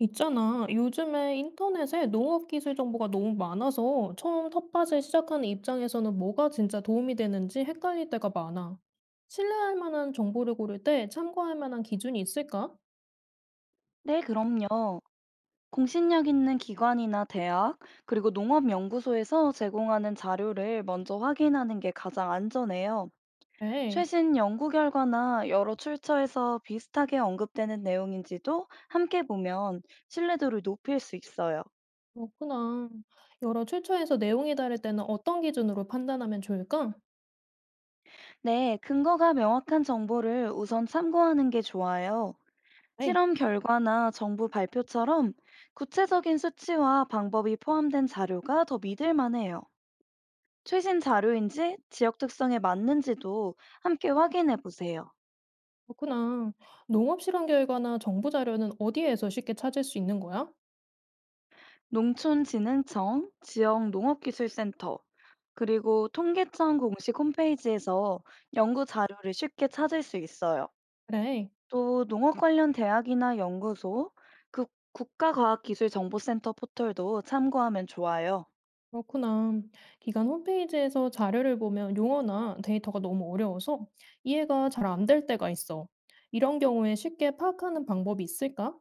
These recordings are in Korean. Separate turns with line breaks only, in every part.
있잖아. 요즘에 인터넷에 농업 기술 정보가 너무 많아서 처음 텃밭을 시작하는 입장에서는 뭐가 진짜 도움이 되는지 헷갈릴 때가 많아. 신뢰할 만한 정보를 고를 때 참고할 만한 기준이 있을까?
네, 그럼요. 공신력 있는 기관이나 대학, 그리고 농업연구소에서 제공하는 자료를 먼저 확인하는 게 가장 안전해요.
네,
최신 연구 결과나 여러 출처에서 비슷하게 언급되는 내용인지도 함께 보면 신뢰도를 높일 수 있어요.
그렇구나. 여러 출처에서 내용이 다를 때는 어떤 기준으로 판단하면 좋을까?
네, 근거가 명확한 정보를 우선 참고하는 게 좋아요.
네,
실험 결과나 정부 발표처럼 구체적인 수치와 방법이 포함된 자료가 더 믿을 만해요. 최신 자료인지 지역 특성에 맞는지도 함께 확인해 보세요.
그렇구나. 농업 실험 결과나 정보 자료는 어디에서 쉽게 찾을 수 있는 거야?
농촌진흥청, 지역농업기술센터, 그리고 통계청 공식 홈페이지에서 연구 자료를 쉽게 찾을 수 있어요.
그래.
또 농업 관련 대학이나 연구소, 그 국가과학기술정보센터 포털도 참고하면 좋아요.
그렇구나. 기관 홈페이지에서 자료를 보면 용어나 데이터가 너무 어려워서 이해가 잘 안 될 때가 있어. 이런 경우에 쉽게 파악하는 방법이 있을까?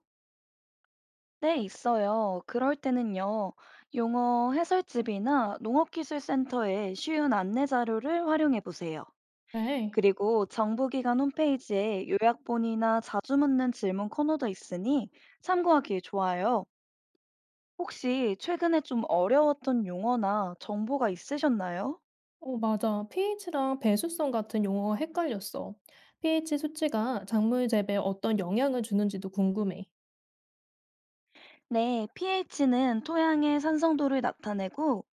네, 있어요. 그럴 때는요, 용어 해설집이나 농업기술센터의 쉬운 안내 자료를 활용해 보세요.
네.
그리고 정부기관 홈페이지에 요약본이나 자주 묻는 질문 코너도 있으니 참고하기 좋아요. 혹시 최근에 좀 어려웠던 용어나 정보가 있으셨나요?
어, 맞아. pH랑 배수성 같은 용어가 헷갈렸어. pH 수치가 작물 재배에 어떤 영향을 주는지도 궁금해.
네, pH는 토양의 산성도를 나타내고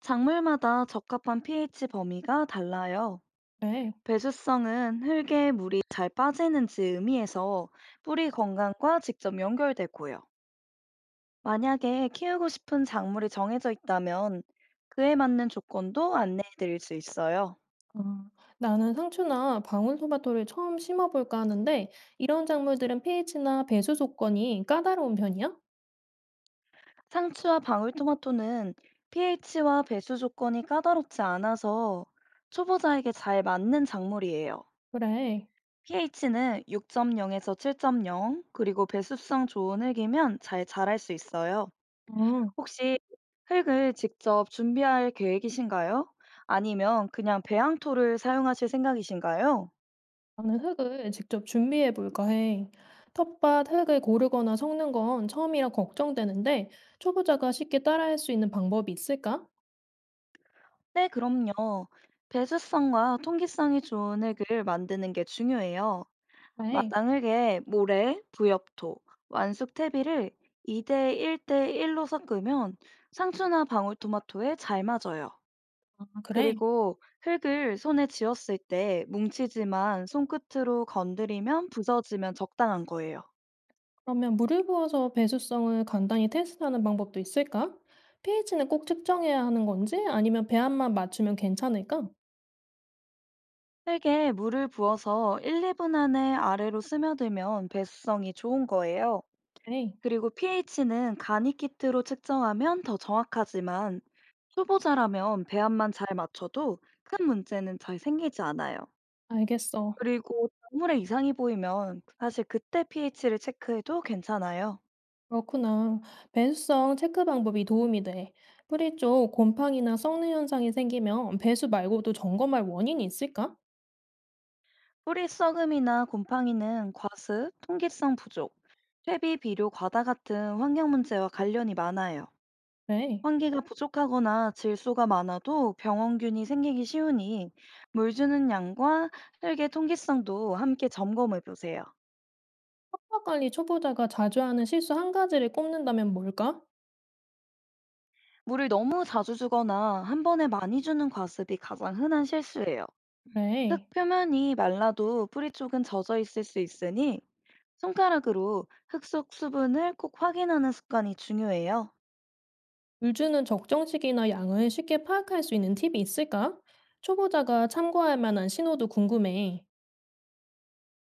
작물마다 적합한 pH 범위가 달라요.
네.
배수성은 흙에 물이 잘 빠지는지 의미해서 뿌리 건강과 직접 연결되고요. 만약에 키우고 싶은 작물이 정해져 있다면 그에 맞는 조건도 안내해 드릴 수 있어요.
아, 나는 상추나 방울토마토를 처음 심어볼까 하는데 이런 작물들은 pH나 배수 조건이 까다로운 편이야?
상추와 방울토마토는 pH와 배수 조건이 까다롭지 않아서 초보자에게 잘 맞는 작물이에요.
그래.
pH는 6.0에서 7.0, 그리고 배수성 좋은 흙이면 잘 자랄 수 있어요.
아.
혹시 흙을 직접 준비할 계획이신가요? 아니면 그냥 배양토를 사용하실 생각이신가요?
나는 흙을 직접 준비해 볼까 해. 텃밭 흙을 고르거나 섞는 건 처음이라 걱정되는데 초보자가 쉽게 따라할 수 있는 방법이 있을까?
네, 그럼요. 배수성과 통기성이 좋은 흙을 만드는 게 중요해요.
네.
마당흙에 모래, 부엽토, 완숙 퇴비를 2대 1대 1로 섞으면 상추나 방울토마토에 잘 맞아요.
아, 그래.
그리고 흙을 손에 쥐었을 때 뭉치지만 손끝으로 건드리면 부서지면 적당한 거예요.
그러면 물을 부어서 배수성을 간단히 테스트하는 방법도 있을까? pH는 꼭 측정해야 하는 건지 아니면 배합만 맞추면 괜찮을까?
흙에 물을 부어서 1, 2분 안에 아래로 스며들면 배수성이 좋은 거예요.
네.
그리고 pH는 간이 키트로 측정하면 더 정확하지만 초보자라면 배합만 잘 맞춰도 큰 문제는 잘 생기지 않아요.
알겠어.
그리고 작물에 이상이 보이면 사실 그때 pH를 체크해도 괜찮아요.
그렇구나. 배수성 체크 방법이 도움이 돼. 뿌리 쪽 곰팡이나 썩는 현상이 생기면 배수 말고도 점검할 원인이 있을까?
뿌리 썩음이나 곰팡이는 과습, 통기성 부족, 퇴비 비료 과다 같은 환경 문제와 관련이 많아요.
네.
환기가 부족하거나 질소가 많아도 병원균이 생기기 쉬우니 물 주는 양과 흙의 통기성도 함께 점검해 보세요.
식사 관리 초보자가 자주 하는 실수 한 가지를 꼽는다면 뭘까?
물을 너무 자주 주거나 한 번에 많이 주는 과습이 가장 흔한 실수예요. 흙
그래.
표면이 말라도 뿌리 쪽은 젖어 있을 수 있으니 손가락으로 흙 속 수분을 꼭 확인하는 습관이 중요해요.
물 주는 적정식이나 양을 쉽게 파악할 수 있는 팁이 있을까? 초보자가 참고할 만한 신호도 궁금해.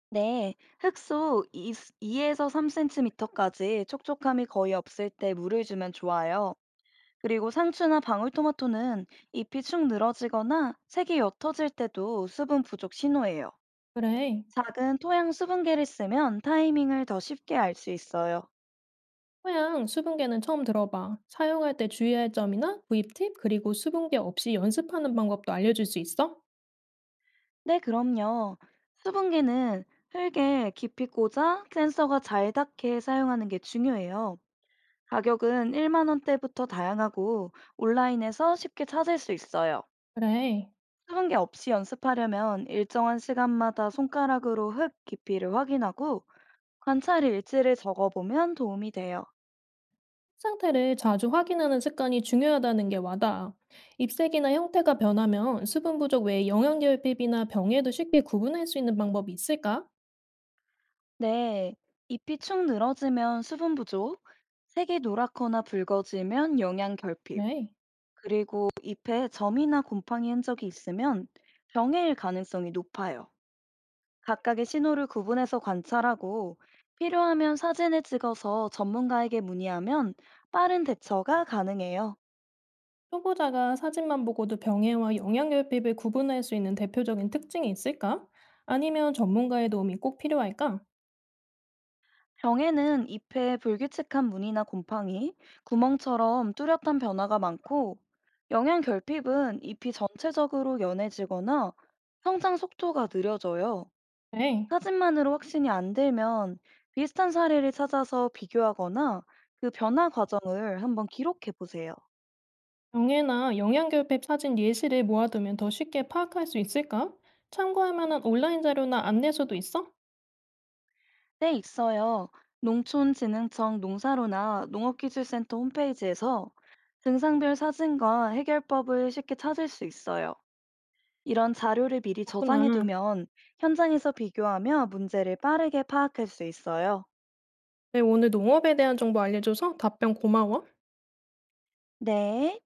네, 흙 속 2에서 3cm까지 촉촉함이 거의 없을 때 물을 주면 좋아요. 그리고 상추나 방울토마토는 잎이 축 늘어지거나 색이 옅어질 때도 수분 부족 신호예요.
그래.
작은 토양 수분계를 쓰면 타이밍을 더 쉽게 알 수 있어요.
토양, 수분계는 처음 들어봐. 사용할 때 주의할 점이나 구입 팁, 그리고 수분계 없이 연습하는 방법도 알려줄 수 있어?
네, 그럼요. 수분계는 흙에 깊이 꽂아 센서가 잘 닿게 사용하는 게 중요해요. 가격은 1만 원대부터 다양하고 온라인에서 쉽게 찾을 수 있어요.
그래.
수분계 없이 연습하려면 일정한 시간마다 손가락으로 흙 깊이를 확인하고 관찰 일지를 적어보면 도움이 돼요.
상태를 자주 확인하는 습관이 중요하다는 게 와닿아. 잎색이나 형태가 변하면 수분 부족 외에 영양결핍이나 병에도 쉽게 구분할 수 있는 방법이 있을까?
네, 잎이 축 늘어지면 수분 부족, 색이 노랗거나 붉어지면 영양 결핍,
네.
그리고 잎에 점이나 곰팡이 흔적이 있으면 병해일 가능성이 높아요. 각각의 신호를 구분해서 관찰하고 필요하면 사진을 찍어서 전문가에게 문의하면 빠른 대처가 가능해요.
초보자가 사진만 보고도 병해와 영양결핍을 구분할 수 있는 대표적인 특징이 있을까? 아니면 전문가의 도움이 꼭 필요할까?
병에는 잎에 불규칙한 무늬나 곰팡이, 구멍처럼 뚜렷한 변화가 많고, 영양 결핍은 잎이 전체적으로 연해지거나 성장 속도가 느려져요.
네.
사진만으로 확신이 안 들면 비슷한 사례를 찾아서 비교하거나 그 변화 과정을 한번 기록해 보세요.
병해나 영양결핍 사진 예시를 모아두면 더 쉽게 파악할 수 있을까? 참고할 만한 온라인 자료나 안내서도 있어?
네, 있어요. 농촌진흥청 농사로나 농업기술센터 홈페이지에서 증상별 사진과 해결법을 쉽게 찾을 수 있어요. 이런 자료를 미리 저장해
그렇구나.
두면 현장에서 비교하며 문제를 빠르게 파악할 수 있어요.
네, 오늘 농업에 대한 정보 알려줘서 답변 고마워.
네.